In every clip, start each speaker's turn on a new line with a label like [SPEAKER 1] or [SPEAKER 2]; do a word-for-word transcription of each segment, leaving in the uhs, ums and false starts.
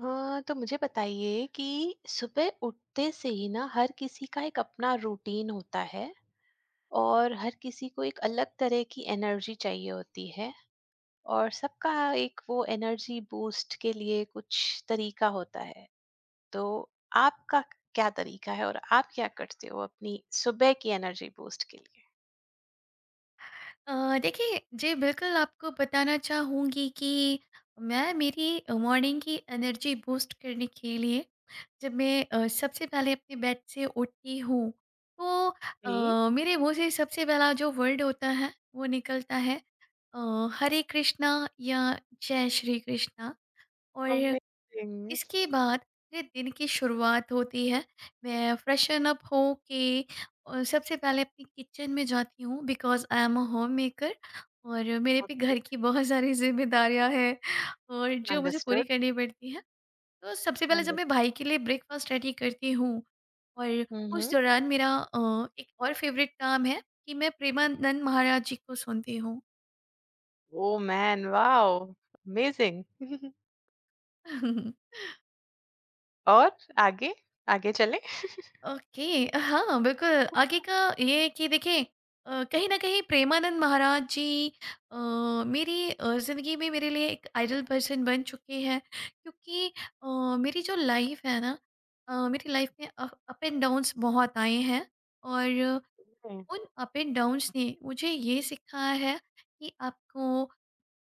[SPEAKER 1] हाँ, तो मुझे बताइए कि सुबह उठते से ही ना हर किसी का एक अपना रूटीन होता है और हर किसी को एक अलग तरह की एनर्जी चाहिए होती है। और सबका एक वो एनर्जी बूस्ट के लिए कुछ तरीका होता है। तो आपका क्या तरीका है और आप क्या करते हो अपनी सुबह की एनर्जी बूस्ट के लिए?
[SPEAKER 2] अ, देखिए जी बिल्कुल आपको बताना चाहूँगी कि मैं मेरी मॉर्निंग की एनर्जी बूस्ट करने के लिए जब मैं अ, सबसे पहले अपने बेड से उठती हूँ तो
[SPEAKER 1] जी।
[SPEAKER 2] अ, मेरे मुंह से सबसे पहला जो वर्ड होता है वो निकलता है अ, हरे कृष्णा या जय श्री कृष्णा। और
[SPEAKER 1] अमेजिंग।
[SPEAKER 2] इसके बाद मेरे दिन की शुरुआत होती है। मैं फ्रेशन अप होके अ, सबसे पहले अपनी किचन में जाती हूँ because I am a homemaker और मेरे पे
[SPEAKER 1] ओके।
[SPEAKER 2] घर की बहुत सारी ज़िम्मेदारियाँ हैं और जो मुझे पूरी
[SPEAKER 1] अंडरस्टूड।
[SPEAKER 2] करनी पड़ती हैं। तो सबसे पहले जब मैं
[SPEAKER 1] अंडरस्टूड।
[SPEAKER 2] भाई के लिए ब्रेकफ़ास्ट रेडी करती हूँ और उस
[SPEAKER 1] हम्म।
[SPEAKER 2] दौरान मेरा अ, एक और फ़ेवरेट काम है कि मैं प्रेमानंद महाराज जी को सुनती हूँ।
[SPEAKER 1] Oh man, wow, amazing. और आगे? आगे चलें?
[SPEAKER 2] ओके, हाँ, बिल्कुल। आगे का ये है कि देखिए अ, कहीं न कहीं प्रेमानंद महाराज जी अ, मेरी अ, ज़िंदगी में मेरे लिए एक आइडल पर्सन बन चुके हैं, क्योंकि अ, मेरी जो लाइफ़ है ना, अ, मेरी लाइफ़ में अ, अप एंड डाउन्स बहुत आए हैं। और
[SPEAKER 1] हुँ,
[SPEAKER 2] उन अप एंड डाउन्स ने मुझे ये सिखाया है कि आपको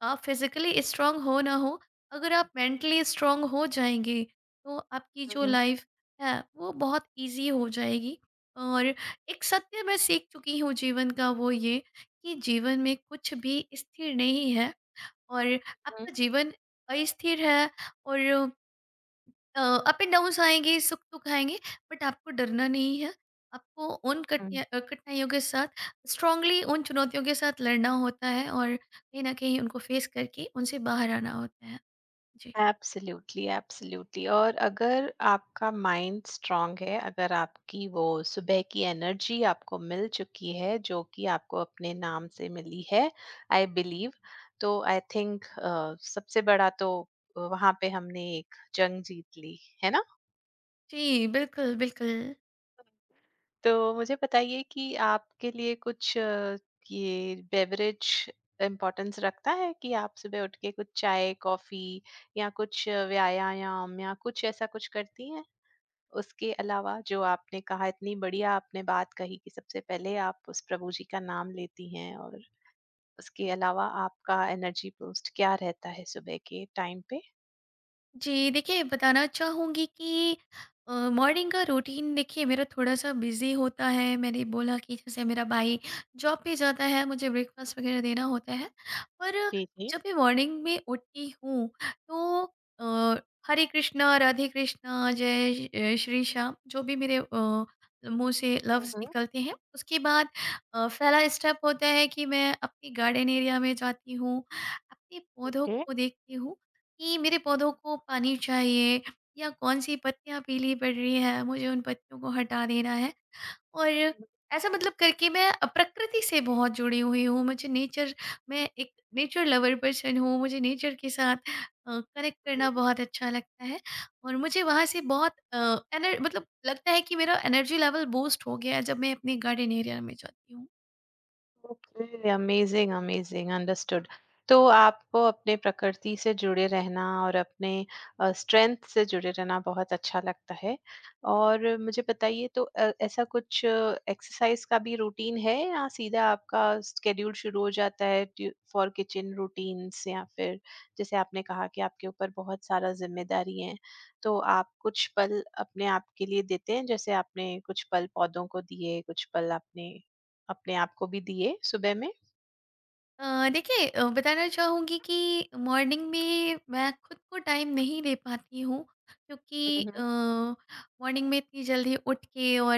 [SPEAKER 2] आप फिजिकली स्ट्रांग हो ना हो, अगर आप मेंटली स्ट्रांग हो जाएंगे तो आपकी जो
[SPEAKER 1] हुँ,
[SPEAKER 2] लाइफ है वो बहुत इजी हो जाएगी। और एक सत्य मैं सीख चुकी हूँ जीवन का, वो ये कि जीवन में कुछ भी स्थिर नहीं है और
[SPEAKER 1] हुँ,
[SPEAKER 2] आपका जीवन अस्थिर है। और अप एंड डाउन्स आएँगे, सुख दुख आएँगे, बट आपको डरना नहीं है। आपको उन
[SPEAKER 1] हुँ।
[SPEAKER 2] कठिनाइ अ, कठिनाइयों के साथ स्ट्रॉन्गली, उन चुनौतियों के साथ लड़ना होता है और कहीं न कहीं उनको फेस करके उनसे बाहर आना होता है। जी।
[SPEAKER 1] एब्सोल्यूटली, एब्सोल्यूटली, और अगर आपका माइंड स्ट्रांग है, अगर आपकी वो सुबह की एनर्जी आपको मिल चुकी है, जो कि आपको अपने नाम से मिली है, आई बिलीव, तो आई थिंक अ, सबसे बड़ा तो वहाँ पे हमने एक जंग जीत ली, है ना?
[SPEAKER 2] जी, बिल्कुल, बिल्कुल।
[SPEAKER 1] तो मुझे बताइए कि आपके लिए कुछ अ, ये बेवरेज इम्पोर्टेंस रखता है कि आप सुबह उठ के कुछ चाय कॉफी या कुछ अ, व्यायाम या कुछ ऐसा कुछ करती हैं? उसके अलावा, जो आपने कहा, इतनी बढ़िया आपने बात कही कि सबसे पहले आप उस प्रभु जी का नाम लेती हैं। और उसके अलावा आपका एनर्जी बूस्ट क्या रहता है सुबह के टाइम पे?
[SPEAKER 2] जी, देखिए बताना चाहूँगी कि अ, मॉर्निंग का रूटीन देखिए मेरा थोड़ा-सा बिज़ी होता है। मैंने बोला कि जैसे मेरा भाई जॉब पे जाता है, मुझे ब्रेकफ़ास्ट वग़ैरह देना होता है। पर
[SPEAKER 1] जी, जी।
[SPEAKER 2] जब मैं मॉर्निंग में उठती हूँ तो अ, हरे कृष्णा, राधे कृष्णा, जय श अ, श्री श्याम जो भी मेरे अ, मुँह से लफ्ज़
[SPEAKER 1] हम्म।
[SPEAKER 2] निकलते हैं। उसके बाद अ, पहला स्टेप होता है कि मैं अपने गार्डन एरिया में जाती हूँ, अपने पौधों
[SPEAKER 1] ओके,
[SPEAKER 2] को देखती हूँ कि मेरे पौधों को पानी चाहिए या कौन सी पत्तियाँ पीली पड़ रही है, मुझे उन पत्तियों को हटा देना है। और ऐसा मतलब करके मैं अ, प्रकृति से बहुत जुड़ी हुई हूँ, मुझे नेचर मैं एक नेचर लवर पर्सन हूँ, मुझे नेचर के साथ अ, कनेक्ट करना बहुत अच्छा लगता है। और मुझे वहाँ से बहुत अ, एनर मतलब लगता है कि मेरा एनर्जी लेवल बूस्ट हो गया है, जब मैं अपने गार्डन एरिया में जाती हूँ।
[SPEAKER 1] ओके। Amazing, amazing, understood. तो आपको अपने प्रकृति से जुड़े रहना और अपने स्ट्रेंथ से जुड़े रहना बहुत अच्छा लगता है। और मुझे बताइए, तो अ, ऐसा कुछ एक्सरसाइज का भी रूटीन है या सीधा आपका स्केड्यूल शुरू हो जाता है फॉर किचन रूटीन्स? या फिर जैसे आपने कहा कि आपके ऊपर बहुत सारा जिम्मेदारी है, तो आप कुछ पल अपने आप के लिए देते हैं? जैसे आपने कुछ पल पौधों को दिए, कुछ पल आपने अपने आप को भी दिए सुबह में?
[SPEAKER 2] अ, देखिए अ, बताना चाहूँगी कि मॉर्निंग में मैं खुद को टाइम नहीं दे पाती हूँ क्योंकि
[SPEAKER 1] हुँ, हुँ।
[SPEAKER 2] मॉर्निंग में इतनी जल्दी उठ के और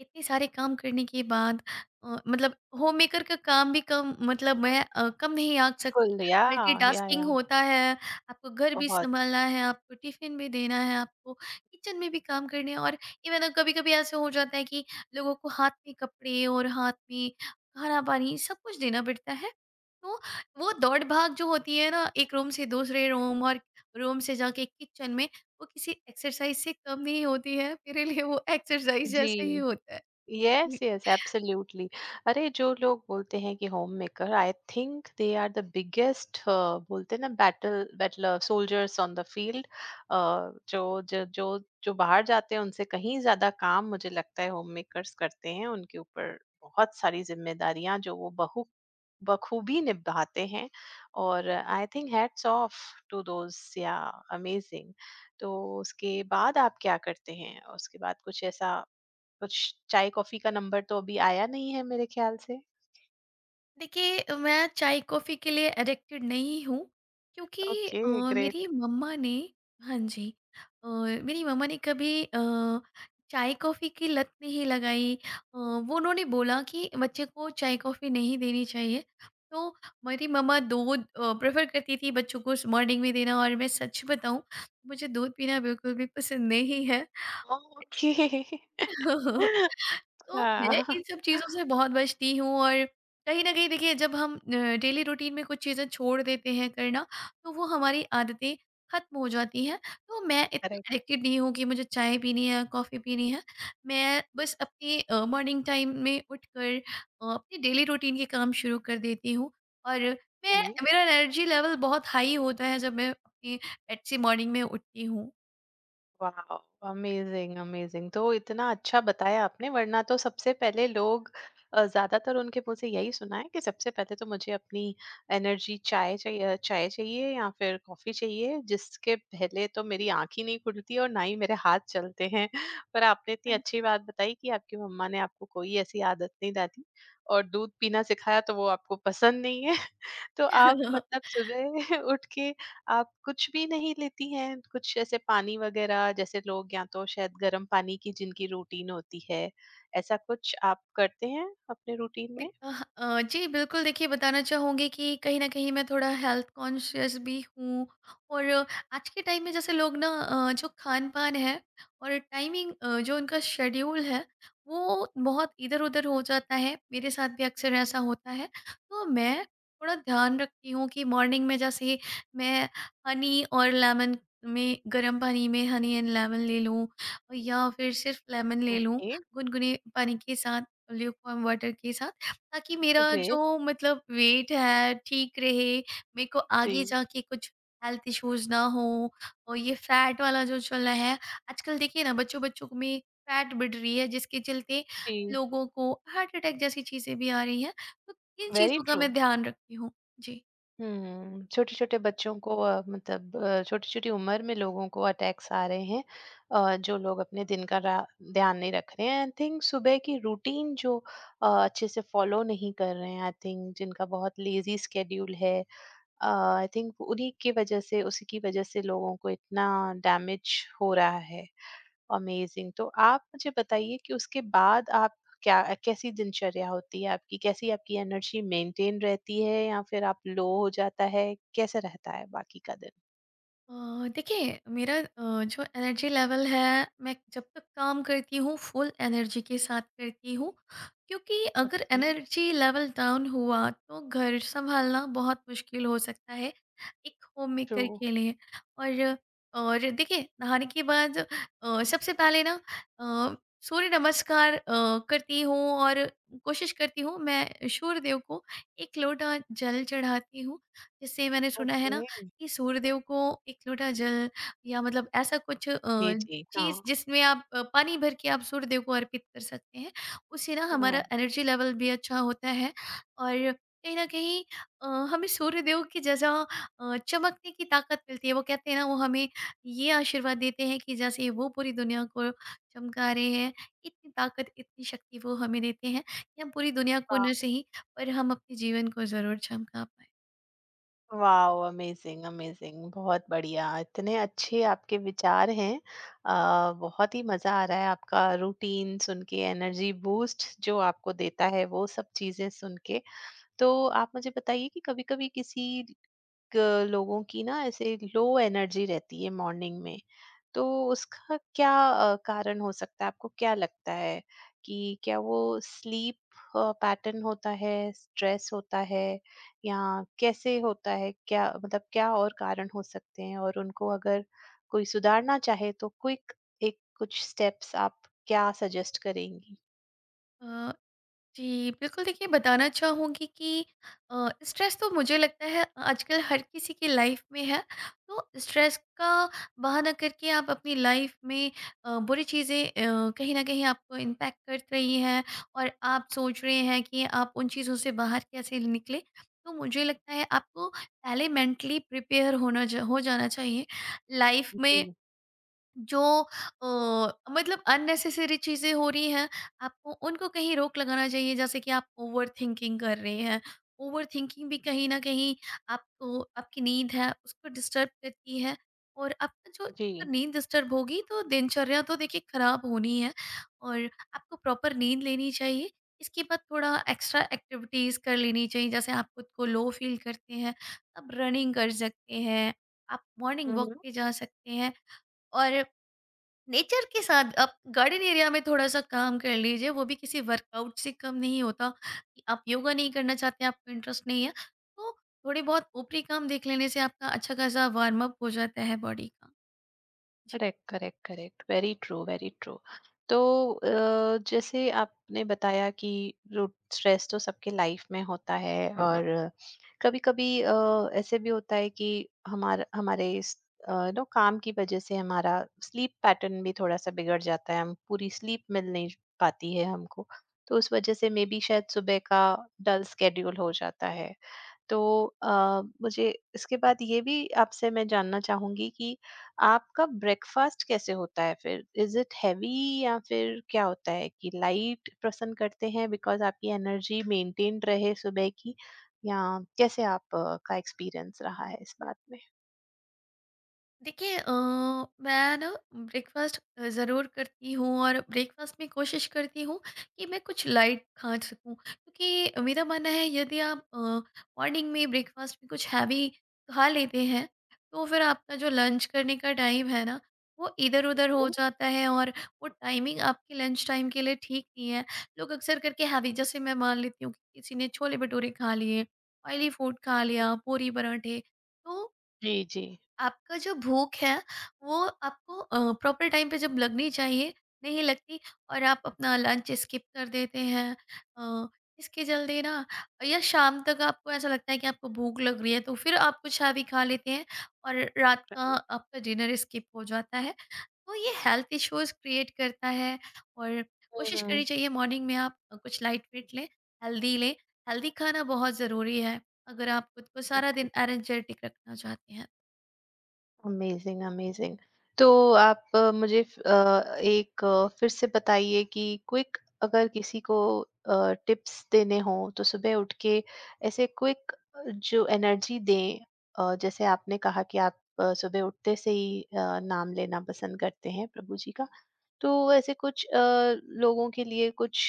[SPEAKER 2] इतने सारे काम करने के बाद अ, मतलब होम मेकर का काम भी कम, मतलब मैं अ, कम नहीं आंक सकती,
[SPEAKER 1] कुल। या, या,
[SPEAKER 2] मल्टीटास्किंग
[SPEAKER 1] या।
[SPEAKER 2] होता है। आपको घर भी
[SPEAKER 1] बहुत।
[SPEAKER 2] संभालना है, आपको टिफिन भी देना है, आपको किचन में भी काम करने हैं। और इवन कभी कभी ऐसे हो जाता है कि लोगों को हाथ में कपड़े और हाथ में खाना पानी सब कुछ देना पड़ता है। तो वो दौड़ भाग जो होती है ना एक रूम से दूसरे रूम और रूम से जाके किचन में, वो किसी एक्सरसाइज से कम नहीं होती है। मेरे लिए वो एक्सरसाइज
[SPEAKER 1] जी।
[SPEAKER 2] जैसा ही होता है।
[SPEAKER 1] यस,
[SPEAKER 2] जी।
[SPEAKER 1] Yes, absolutely. अरे, जो लोग बोलते हैं कि home maker I think they are the biggest बोलते हैं ना, battle battle soldiers on the field. जो जो जो जो बाहर जाते हैं उनसे कहीं ज्यादा काम मुझे लगता है होम मेकर्स करते हैं। उनके ऊपर बहुत सारी जिम्मेदारियां जो वो बहु बखूबी निभाते हैं। और I think, hats off to those. Yeah, amazing. तो उसके बाद आप क्या करते हैं? उसके बाद कुछ ऐसा कुछ, चाय कॉफी का नंबर तो अभी आया नहीं है मेरे ख्याल से।
[SPEAKER 2] देखिए मैं चाय कॉफ़ी के लिए एडिक्टेड नहीं हूँ, क्योंकि
[SPEAKER 1] ओके,
[SPEAKER 2] अ, मेरी
[SPEAKER 1] ग्रेट।
[SPEAKER 2] मम्मा ने हाँ जी, अ, मेरी मम्मा ने कभी अ, चाय कॉफ़ी की लत नहीं लगाई। अ, वो उन्होंने बोला कि बच्चे को चाय कॉफ़ी नहीं देनी चाहिए। तो मेरी मम्मा दूध प्रेफर करती थी बच्चों को मॉर्निंग में देना, और मैं सच बताऊं, मुझे दूध पीना बिल्कुल भी पसंद नहीं है।
[SPEAKER 1] ओके।
[SPEAKER 2] तो मैं
[SPEAKER 1] हाँ।
[SPEAKER 2] इन सब चीज़ों से बहुत बचती हूँ। और कहीं न कहीं देखिए जब हम अ, डेली रूटीन में कुछ चीज़ें छोड़ देते हैं करना, तो वो हमारी आदतें खत्म हो जाती हैं। तो मैं इतना
[SPEAKER 1] करेक्ट।
[SPEAKER 2] एडिक्टेड नहीं हूँ कि मुझे चाय पीनी है, कॉफ़ी पीनी है। मैं बस अपनी अ, मॉर्निंग टाइम में उठकर अ, अपनी डेली रूटीन के काम शुरू कर देती हूँ। और मैं
[SPEAKER 1] जी।
[SPEAKER 2] मेरा एनर्जी लेवल बहुत हाई होता है जब मैं अपनी अच्छी मॉर्निंग में उठती हूँ।
[SPEAKER 1] वाओ! Amazing, amazing. तो इतना अच्छा बताया आपने, वरना तो सबसे पहले लोग, अ, ज़्यादातर उनके मुँह से यही सुना है कि सबसे पहले तो मुझे अपनी एनर्जी, चाय चाहिए चाय चाहिए या फिर कॉफ़ी चाहिए, जिसके पहले तो मेरी आँख ही नहीं खुलती और ना ही मेरे हाथ चलते हैं। पर आपने इतनी अच्छी बात बताई कि आपकी मम्मा ने आपको कोई ऐसी आदत नहीं डाली और दूध पीना सिखाया तो वो आपको पसंद नहीं है। तो आप मतलब सुबह उठ के आप कुछ भी नहीं लेती हैं? कुछ ऐसे पानी वगैरह, जैसे लोग या तो शायद गर्म पानी की जिनकी रूटीन होती है, ऐसा कुछ आप करते हैं अपने रूटीन
[SPEAKER 2] देख-
[SPEAKER 1] में?
[SPEAKER 2] अह, अह, जी बिल्कुल, देखिए बताना चाहूँगी कि कहीं ना कहीं मैं थोड़ा हेल्थ कॉन्शियस भी हूँ। और आज के टाइम में जैसे लोग ना अह, जो खान पान है और टाइमिंग, जो उनका शेड्यूल है, वो बहुत इधर उधर हो जाता है। मेरे साथ भी अक्सर ऐसा होता है। तो मैं थोड़ा ध्यान रखती हूँ कि मॉर्निंग में जैसे मैं हनी और लेमन में गर्म पानी में हनी एंड लेमन ले लूँ या फिर सिर्फ लेमन ले लूँ,
[SPEAKER 1] ओके,
[SPEAKER 2] गुनगुने पानी के साथ, ल्यूक वाटर के साथ, ताकि मेरा
[SPEAKER 1] ग्रेट।
[SPEAKER 2] जो मतलब वेट है ठीक रहे, मेरे को आगे
[SPEAKER 1] जी,
[SPEAKER 2] जाके कुछ हेल्थ इश्यूज़ ना हों। और ये फैट वाला जो चल रहा है, आजकल देखिए ना बच्चों-बच्चों में फैट बढ़ रही है, जिसके चलते
[SPEAKER 1] जी।
[SPEAKER 2] लोगों को हार्ट अटैक जैसी चीज़ें भी आ रही हैं। तो इन
[SPEAKER 1] वेरी
[SPEAKER 2] चीज़ों का
[SPEAKER 1] ट्रू।
[SPEAKER 2] मैं ध्यान रखती हूँ। जी।
[SPEAKER 1] हुँ। छोटे-छोटे बच्चों को, अ, मतलब अ, छोटी-छोटी उम्र में लोगों को अटैक्स आ रहे हैं। अ, जो लोग अपने दिन का रा ध्यान नहीं रख रहे हैं। आई थिंक सुबह की रूटीन जो अ, अच्छे से फॉलो नहीं कर रहे हैं, आई थिंक जिनका बहुत लेज़ी स्केड्यूल है, आई थिंक उन्हीं की वजह से, उसी की वजह से लोगों को इतना डैमेज हो रहा है। अमेजिंग। तो आप मुझे बताइए कि उसके बाद आप क्या कैसी दिनचर्या होती है आपकी, कैसी आपकी एनर्जी मेंटेन रहती है या फिर आप लो हो जाता है, कैसे रहता है बाकी का दिन?
[SPEAKER 2] अ, देखिए मेरा अ, जो एनर्जी लेवल है, मैं जब तक काम करती हूँ फुल एनर्जी के साथ करती हूँ, क्योंकि अगर
[SPEAKER 1] ओके।
[SPEAKER 2] एनर्जी लेवल डाउन हुआ तो घर संभालना बहुत मुश्किल हो सकता है एक होम
[SPEAKER 1] ट्रू।
[SPEAKER 2] मेकर के लिए। और और देखिए नहाने के बाद अ, सबसे पहले ना अ, सूर्य नमस्कार अ, करती हूँ। और कोशिश करती हूँ मैं सूर्यदेव को एक लोटा जल चढ़ाती हूँ, जिससे मैंने सुना है
[SPEAKER 1] ओके।
[SPEAKER 2] ना कि सूर्यदेव को एक लोटा जल या मतलब ऐसा कुछ
[SPEAKER 1] जी,
[SPEAKER 2] अ,
[SPEAKER 1] जी।
[SPEAKER 2] चीज़ जिसमें आप अ, पानी भर के आप सूर्यदेव को अर्पित कर सकते हैं, उससे ना हमारा
[SPEAKER 1] हाँ।
[SPEAKER 2] एनर्जी लेवल भी अच्छा होता है। और कहीं न कहीं अ, हमें सूर्यदेव की जगह अ, चमकने की ताकत मिलती है। वो कहते हैं ना, वो हमें ये आशीर्वाद देते हैं कि जैसे वो पूरी दुनिया को चमका रहे हैं, इतनी ताकत, इतनी शक्ति वो हमें देते हैं कि हम पूरी दुनिया को न सही पर हम अपने जीवन को ज़रूर चमका पाएँ।
[SPEAKER 1] वाओ! अमेज़िंग, अमेज़िंग, बहुत बढ़िया। इतने अच्छे आपके विचार हैं। अ, बहुत ही मज़ा आ रहा है आपका रूटीन सुन के, एनर्जी बूस्ट जो आपको देता है वो सब चीज़ें सुन के। तो आप मुझे बताइए कि कभी-कभी किसी अ, लोगों की ना ऐसे लो एनर्जी रहती है मॉर्निंग में, तो उसका क्या अ, कारण हो सकता है, आपको क्या लगता है? कि क्या वो स्लीप पैटर्न होता है, स्ट्रेस होता है, या कैसे होता है, क्या मतलब, क्या और कारण हो सकते हैं? और उनको अगर कोई सुधारना चाहे तो क्विक एक कुछ स्टेप्स आप क्या सजेस्ट करेंगी?
[SPEAKER 2] अ, जी, बिल्कुल, देखिए बताना चाहूँगी कि अ, स्ट्रेस तो मुझे लगता है आजकल हर किसी की लाइफ में है। तो स्ट्रेस का बहाना करके आप अपनी लाइफ में अ, बुरी चीज़ें, अ, कहीं न कहीं आपको इम्पैक्ट कर रही हैं और आप सोच रहे हैं कि आप उन चीज़ों से बाहर कैसे निकलें। तो मुझे लगता है आपको पहले मेंटली प्रिपेयर होना ज हो जाना चाहिए। लाइफ में
[SPEAKER 1] जी,
[SPEAKER 2] जो अ, मतलब अननेसेसरी चीज़ें हो रही हैं, आपको उनको कहीं रोक लगाना चाहिए। जैसे कि आप ओवरथिंकिंग कर रहे हैं, ओवरथिंकिंग भी कहीं न कहीं आपको आपकी नींद है, उसको डिस्टर्ब करती है। और आपका जो अगर
[SPEAKER 1] जी।
[SPEAKER 2] नींद डिस्टर्ब होगी, तो दिनचर्या तो देखिए खराब होनी है। और आपको प्रॉपर नींद लेनी चाहिए। इसके बाद थोड़ा एक्स्ट्रा एक्टिविटीज़ कर लेनी चाहिए। जैसे आप खुद को लो फ़ील करते हैं, आप रनिंग कर सकते हैं, आप मॉर्निंग वॉक पे जा सकते हैं। और नेचर के साथ आप गार्डन एरिया में थोड़ा-सा काम कर लीजिए, वो भी किसी वर्कआउट से कम नहीं होता। कि आप योगा नहीं करना चाहते, आपको इंटरेस्ट नहीं है, तो थोड़े बहुत ऊपरी काम देख लेने से आपका अच्छा-खासा वार्म अप हो जाता है बॉडी का। जी।
[SPEAKER 1] Correct, correct, correct. Very true, very true. तो अ, जैसे आपने बताया कि स्ट्रेस तो सबके लाइफ में होता है। और कभी कभी ऐसे भी होता है कि हमारा हमारे नो काम की वजह से हमारा स्लीप पैटर्न भी थोड़ा सा बिगड़ जाता है, हम पूरी स्लीप मिल नहीं पाती है हमको, तो उस वजह से मे बी शायद सुबह का डल स्केड्यूल हो जाता है। तो अ, मुझे इसके बाद ये भी आपसे मैं जानना चाहूंगी कि आपका ब्रेकफास्ट कैसे होता है, फिर इज इट हैवी या फिर क्या होता है कि लाइट पसंद करते हैं, बिकॉज आपकी एनर्जी मेंटेन रहे सुबह की? या कैसे आप अ, का एक्सपीरियंस रहा है इस बात में?
[SPEAKER 2] देखिए अ, मैं ना ब्रेकफास्ट ज़रूर करती हूँ और ब्रेकफास्ट में कोशिश करती हूँ कि मैं कुछ लाइट खा सकूँ, क्योंकि मेरा मानना है यदि आप मॉर्निंग में ब्रेकफास्ट में कुछ हैवी खा लेते हैं तो फिर आपका जो लंच करने का टाइम है ना, वो इधर उधर हो
[SPEAKER 1] हम्म।
[SPEAKER 2] जाता है। और वो टाइमिंग आपके लंच टाइम के लिए ठीक नहीं है। लोग अक्सर करके हैवी, जैसे मैं मान लेती हूँ कि किसी ने छोले भटूरे खा लिए, ऑयली फूड खा लिया, पूरी पराठे, तो
[SPEAKER 1] जी, जी।
[SPEAKER 2] आपका जो भूख है वो आपको प्रॉपर टाइम पे जब लगनी चाहिए, नहीं लगती। और आप अपना लंच स्किप कर देते हैं। अ, इसके जल्दी ना या शाम तक आपको ऐसा लगता है कि आपको भूख लग रही है, तो फिर आप कुछ हैवी खा लेते हैं और रात का
[SPEAKER 1] राइट।
[SPEAKER 2] आपका डिनर स्किप हो जाता है। तो ये हेल्थ इश्यूज क्रिएट करता है। और कोशिश करनी
[SPEAKER 1] हम्म।
[SPEAKER 2] चाहिए मॉर्निंग में आप अ, कुछ लाइट वेट लें, हेल्दी लें। हेल्दी खाना बहुत ज़रूरी है अगर आप खुद को सारा दिन एनर्जेटिक रखना चाहते हैं।
[SPEAKER 1] Amazing, amazing. तो आप अ, मुझे फ अ, एक अ, फिर से बताइए कि क्विक, अगर किसी को अ, टिप्स देने हों, तो सुबह उठ के ऐसे क्विक जो एनर्जी दें। अ, जैसे आपने कहा कि आप अ, सुबह उठते से ही अ, नाम लेना पसंद करते हैं प्रभु जी का। तो वैसे कुछ अ, लोगों के लिए कुछ,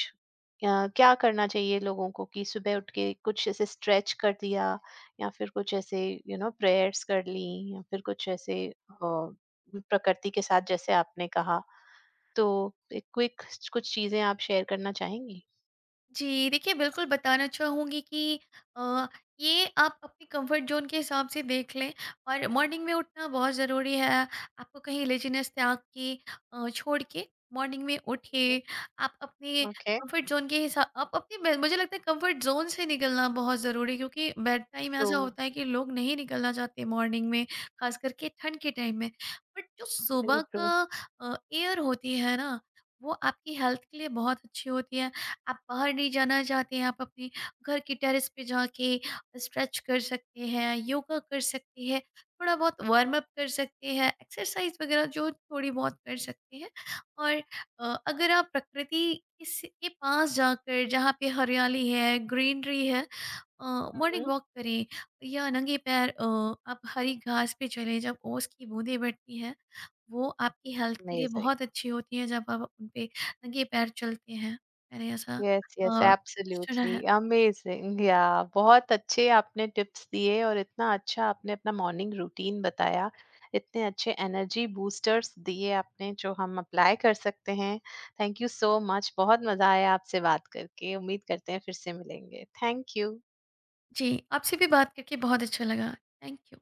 [SPEAKER 1] अ, क्या करना चाहिए लोगों को कि सुबह उठ के कुछ ऐसे स्ट्रेच कर दिया, या फिर कुछ ऐसे यू नो प्रेयर्स कर ली, या फिर कुछ ऐसे अ, प्रकृति के साथ जैसे आपने कहा। तो क्विक कुछ चीजें आप शेयर करना चाहेंगी?
[SPEAKER 2] जी, देखिए बिल्कुल बताना चाहूँगी कि अ, ये आप अपने कंफर्ट ज़ोन के हिसाब से देख लें। और मॉर्निंग में उठना बहुत ज़रूरी है। आपको कहीं लेज़ीनेस त्याग के, अ, छोड़ के मॉर्निंग में
[SPEAKER 1] Mhm.
[SPEAKER 2] उठिए। आप अपने
[SPEAKER 1] Okay.
[SPEAKER 2] कंफर्ट ज़ोन के हिसा आप अपने बे मुझे लगता है कंफर्ट ज़ोन से निकलना बहुत ज़रूरी है, क्योंकि बेड टाइम
[SPEAKER 1] ट्रू,
[SPEAKER 2] ऐसा होता है कि लोग नहीं निकलना चाहते मॉर्निंग में, ख़ास करके ठंड के टाइम में। बट जो
[SPEAKER 1] वेरी
[SPEAKER 2] सुबह
[SPEAKER 1] ट्रू।
[SPEAKER 2] का अ, एयर होती है ना, वो आपकी हेल्थ के लिए बहुत अच्छी होती है। आप बाहर नहीं जाना चाहते हैं, आप अपने घर के टेरेस पे जाके स्ट्रेच कर सकते हैं, योगा कर सकते हैं, थोड़ा बहुत वार्म अप कर सकते हैं, एक्सरसाइज वगैरह जो थोड़ी बहुत कर सकते हैं। और अ, अगर आप प्रकृति इस के पास जाकर जहाँ पे हरियाली है, ग्रीनरी है, मॉर्निंग
[SPEAKER 1] Mm-hmm.
[SPEAKER 2] वॉक करें, या नंगे पैर अ, आप हरी घास पे चलें। जब ओस की बूंदें बढ़ती हैं, वो आपकी हेल्थ के लिए
[SPEAKER 1] Amazing.
[SPEAKER 2] बहुत अच्छी होती हैं, जब आप उन पे नंगे पैर चलते हैं, मैंने ऐसा
[SPEAKER 1] यस, यस,
[SPEAKER 2] अ, सुना
[SPEAKER 1] एब्सोल्युटली,
[SPEAKER 2] है।
[SPEAKER 1] अमेजिंग। या, बहुत अच्छे आपने टिप्स दिए और इतना अच्छा आपने अपना मॉर्निंग रूटीन बताया। इतने अच्छे एनर्जी बूस्टर्स दिए आपने जो हम अप्लाई कर सकते हैं। Thank you so much. बहुत मज़ा आया आपसे बात करके। उम्मीद करते हैं फिर से मिलेंगे। Thank you.
[SPEAKER 2] जी, आपसे भी बात करके बहुत अच्छा लगा। Thank you.